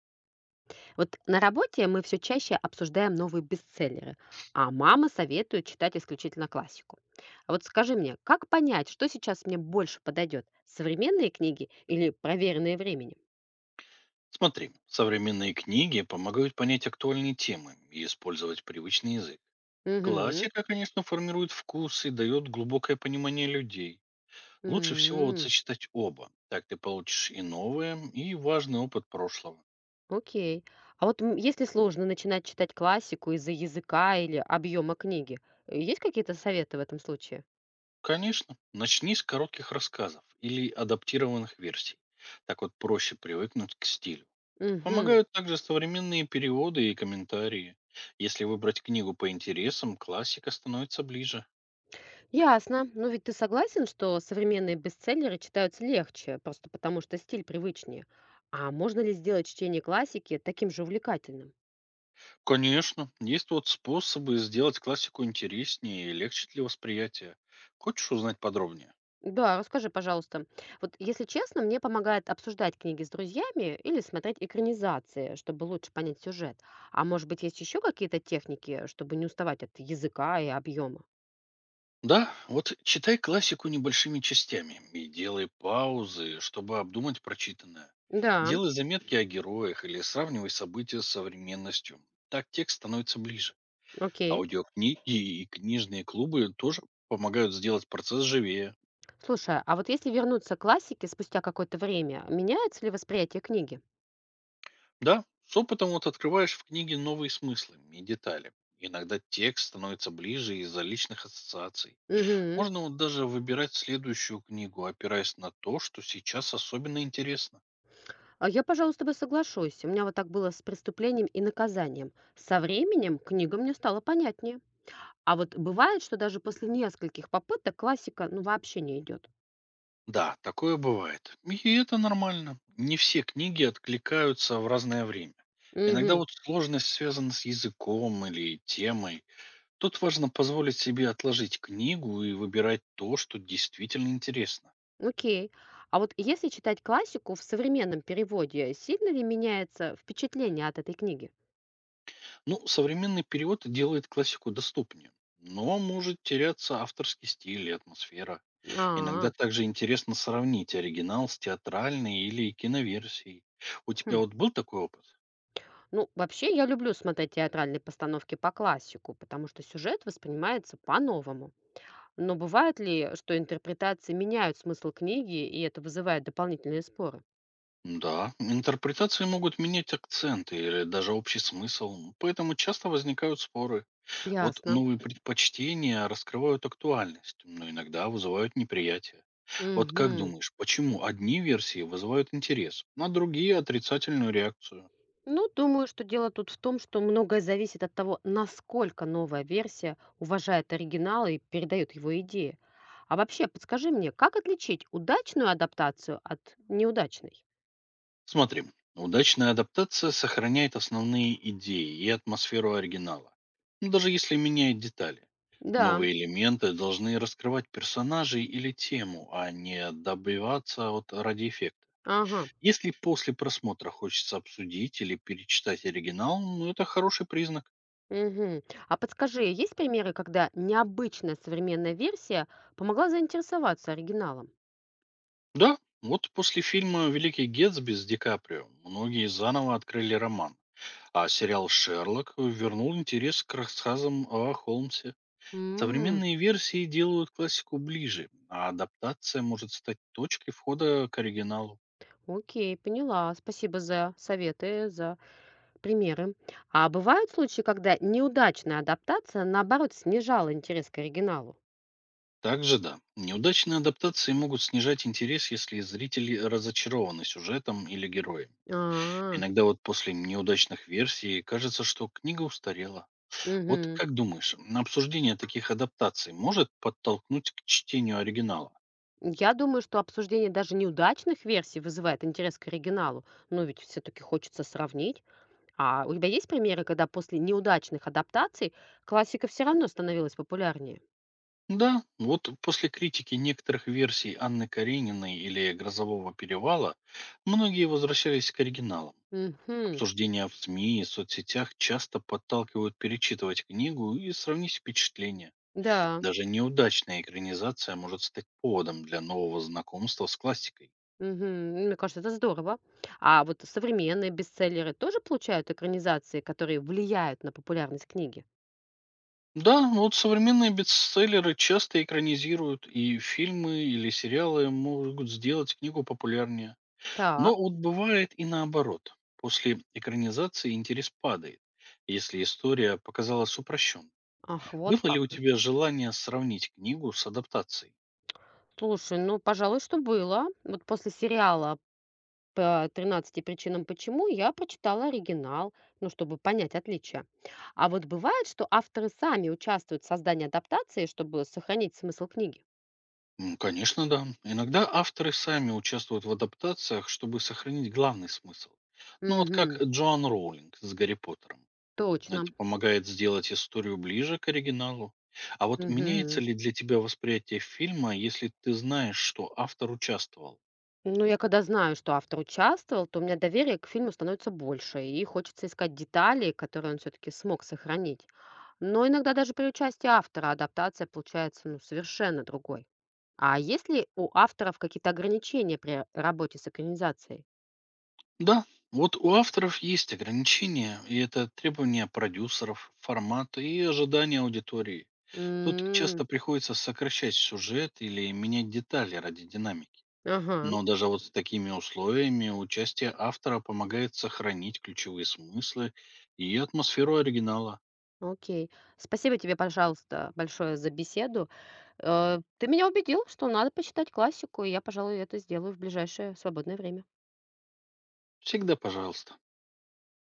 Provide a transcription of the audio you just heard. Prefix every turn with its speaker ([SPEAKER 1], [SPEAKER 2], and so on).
[SPEAKER 1] Вот на работе мы все чаще обсуждаем новые бестселлеры, а мама советует читать исключительно классику. А вот скажи мне, как понять, что сейчас мне больше подойдет? Современные книги или проверенные временем?
[SPEAKER 2] Смотри, современные книги помогают понять актуальные темы и использовать привычный язык.
[SPEAKER 1] Угу.
[SPEAKER 2] Классика, конечно, формирует вкус и дает глубокое понимание людей. Лучше всего вот
[SPEAKER 1] М.
[SPEAKER 2] сочетать оба. Так ты получишь и новое, и важный опыт прошлого.
[SPEAKER 1] Окей. А вот если сложно начинать читать классику из-за языка или объема книги, есть какие-то советы в этом случае?
[SPEAKER 2] Конечно, начни с коротких рассказов или адаптированных версий. Так вот проще привыкнуть к стилю.
[SPEAKER 1] Угу.
[SPEAKER 2] Помогают также современные переводы и комментарии. Если выбрать книгу по интересам, классика становится ближе.
[SPEAKER 1] Ясно. Ну ведь ты согласен, что современные бестселлеры читаются легче, просто потому что стиль привычнее. А можно ли сделать чтение классики таким же увлекательным?
[SPEAKER 2] Конечно, есть вот способы сделать классику интереснее и легче для восприятия. Хочешь узнать подробнее?
[SPEAKER 1] Да, расскажи, пожалуйста. Вот, если честно, мне помогает обсуждать книги с друзьями или смотреть экранизации, чтобы лучше понять сюжет. А может быть, есть еще какие-то техники, чтобы не уставать от языка и объема?
[SPEAKER 2] Да, вот читай классику небольшими частями и делай паузы, чтобы обдумать прочитанное.
[SPEAKER 1] Да,
[SPEAKER 2] Делай заметки о героях или сравнивай события с современностью. Так текст становится ближе.
[SPEAKER 1] окей.
[SPEAKER 2] Аудиокниги и книжные клубы тоже помогают сделать процесс живее.
[SPEAKER 1] Слушай, а вот если вернуться к классике спустя какое-то время, меняется ли восприятие книги?
[SPEAKER 2] Да, с опытом вот открываешь в книге новые смыслы и детали. Иногда текст становится ближе из-за личных ассоциаций.
[SPEAKER 1] Угу.
[SPEAKER 2] Можно вот даже выбирать следующую книгу, опираясь на то, что сейчас особенно интересно.
[SPEAKER 1] А я, пожалуй, с тобой соглашусь. У меня вот так было с преступлением и наказанием. Со временем книга мне стала понятнее. А вот бывает, что даже после нескольких попыток классика ну вообще не идет.
[SPEAKER 2] Да, такое бывает. И это нормально. Не все книги откликаются в разное время. Иногда
[SPEAKER 1] Угу,
[SPEAKER 2] вот сложность связана с языком или темой. Тут важно позволить себе отложить книгу и выбирать то, что действительно интересно.
[SPEAKER 1] окей. А вот если читать классику в современном переводе, сильно ли меняется впечатление от этой книги?
[SPEAKER 2] Ну, современный перевод делает классику доступнее, но может теряться авторский стиль и атмосфера.
[SPEAKER 1] А.
[SPEAKER 2] Иногда также интересно сравнить оригинал с театральной или киноверсией. У тебя
[SPEAKER 1] Хм.
[SPEAKER 2] вот был такой опыт?
[SPEAKER 1] Ну, вообще я люблю смотреть театральные постановки по классику, потому что сюжет воспринимается по-новому. Но бывает ли, что интерпретации меняют смысл книги, и это вызывает дополнительные споры?
[SPEAKER 2] Да, интерпретации могут менять акценты или даже общий смысл, поэтому часто возникают споры. Вот
[SPEAKER 1] Ясно.
[SPEAKER 2] новые предпочтения раскрывают актуальность, но иногда вызывают неприятие. Вот как
[SPEAKER 1] Мгм.
[SPEAKER 2] думаешь, почему одни версии вызывают интерес, а другие отрицательную реакцию?
[SPEAKER 1] Ну, думаю, что дело тут в том, что многое зависит от того, насколько новая версия уважает оригинал и передает его идеи. А вообще, подскажи мне, как отличить удачную адаптацию от неудачной?
[SPEAKER 2] Смотри, удачная адаптация сохраняет основные идеи и атмосферу оригинала, ну, даже если меняет детали.
[SPEAKER 1] Да,
[SPEAKER 2] Новые элементы должны раскрывать персонажей или тему, а не добиваться от ради эффекта.
[SPEAKER 1] ага.
[SPEAKER 2] Если после просмотра хочется обсудить или перечитать оригинал, ну, это хороший признак.
[SPEAKER 1] Мгм. А подскажи, есть примеры, когда необычная современная версия помогла заинтересоваться оригиналом?
[SPEAKER 2] Да, вот после фильма «Великий Гетсби» с Ди Каприо многие заново открыли роман, а сериал «Шерлок» вернул интерес к рассказам о Холмсе. Современные версии делают классику ближе, а адаптация может стать точкой входа к оригиналу.
[SPEAKER 1] Окей, поняла. Спасибо за советы, за примеры. А бывают случаи, когда неудачная адаптация, наоборот, снижала интерес к оригиналу?
[SPEAKER 2] Также да, неудачные адаптации могут снижать интерес, если зрители разочарованы сюжетом или героем.
[SPEAKER 1] А.
[SPEAKER 2] Иногда вот после неудачных версий кажется, что книга устарела. Вот
[SPEAKER 1] Мгм.
[SPEAKER 2] как думаешь, обсуждение таких адаптаций может подтолкнуть к чтению оригинала?
[SPEAKER 1] Я думаю, что обсуждение даже неудачных версий вызывает интерес к оригиналу, но ведь все-таки хочется сравнить. А у тебя есть примеры, когда после неудачных адаптаций классика все равно становилась популярнее?
[SPEAKER 2] Да, вот после критики некоторых версий Анны Карениной или «Грозового перевала» многие возвращались к оригиналу.
[SPEAKER 1] Угу,
[SPEAKER 2] Обсуждения в СМИ и соцсетях часто подталкивают перечитывать книгу и сравнить впечатления.
[SPEAKER 1] да.
[SPEAKER 2] Даже неудачная экранизация может стать поводом для нового знакомства с классикой.
[SPEAKER 1] Мгм. Мне кажется, это здорово. А вот современные бестселлеры тоже получают экранизации, которые влияют на популярность книги?
[SPEAKER 2] Да, вот современные бестселлеры часто экранизируют, и фильмы или сериалы могут сделать книгу популярнее. Но
[SPEAKER 1] Так,
[SPEAKER 2] вот бывает и наоборот. После экранизации интерес падает, если история показалась упрощенной.
[SPEAKER 1] ах, вот
[SPEAKER 2] Было ли у
[SPEAKER 1] как.
[SPEAKER 2] тебя желание сравнить книгу с адаптацией?
[SPEAKER 1] Слушай, ну, пожалуй, что было. Вот после сериала по тринадцати причинам почему я прочитала оригинал, ну, чтобы понять отличия. А вот бывает, что авторы сами участвуют в создании адаптации, чтобы сохранить смысл книги.
[SPEAKER 2] Конечно, да. Иногда авторы сами участвуют в адаптациях, чтобы сохранить главный смысл. Ну вот как
[SPEAKER 1] Угу,
[SPEAKER 2] Джоан Роулинг с Гарри Поттером.
[SPEAKER 1] точно.
[SPEAKER 2] Это помогает сделать историю ближе к оригиналу. А вот меняется
[SPEAKER 1] Мгм.
[SPEAKER 2] ли для тебя восприятие фильма, если ты знаешь, что автор участвовал?
[SPEAKER 1] Ну, я когда знаю, что автор участвовал, то у меня доверие к фильму становится больше, и хочется искать детали, которые он все-таки смог сохранить. Но иногда даже при участии автора адаптация получается ну, совершенно другой. А есть ли у авторов какие-то ограничения при работе с экранизацией?
[SPEAKER 2] Да, вот у авторов есть ограничения, и это требования продюсеров, формата и ожидания аудитории. Тут часто
[SPEAKER 1] М.
[SPEAKER 2] приходится сокращать сюжет или менять детали ради динамики.
[SPEAKER 1] Ага,
[SPEAKER 2] Но даже вот с такими условиями участие автора помогает сохранить ключевые смыслы и атмосферу оригинала.
[SPEAKER 1] окей. Спасибо тебе, пожалуйста, большое за беседу. Ты меня убедил, что надо почитать классику, и я, пожалуй, это сделаю в ближайшее свободное время.
[SPEAKER 2] Всегда пожалуйста.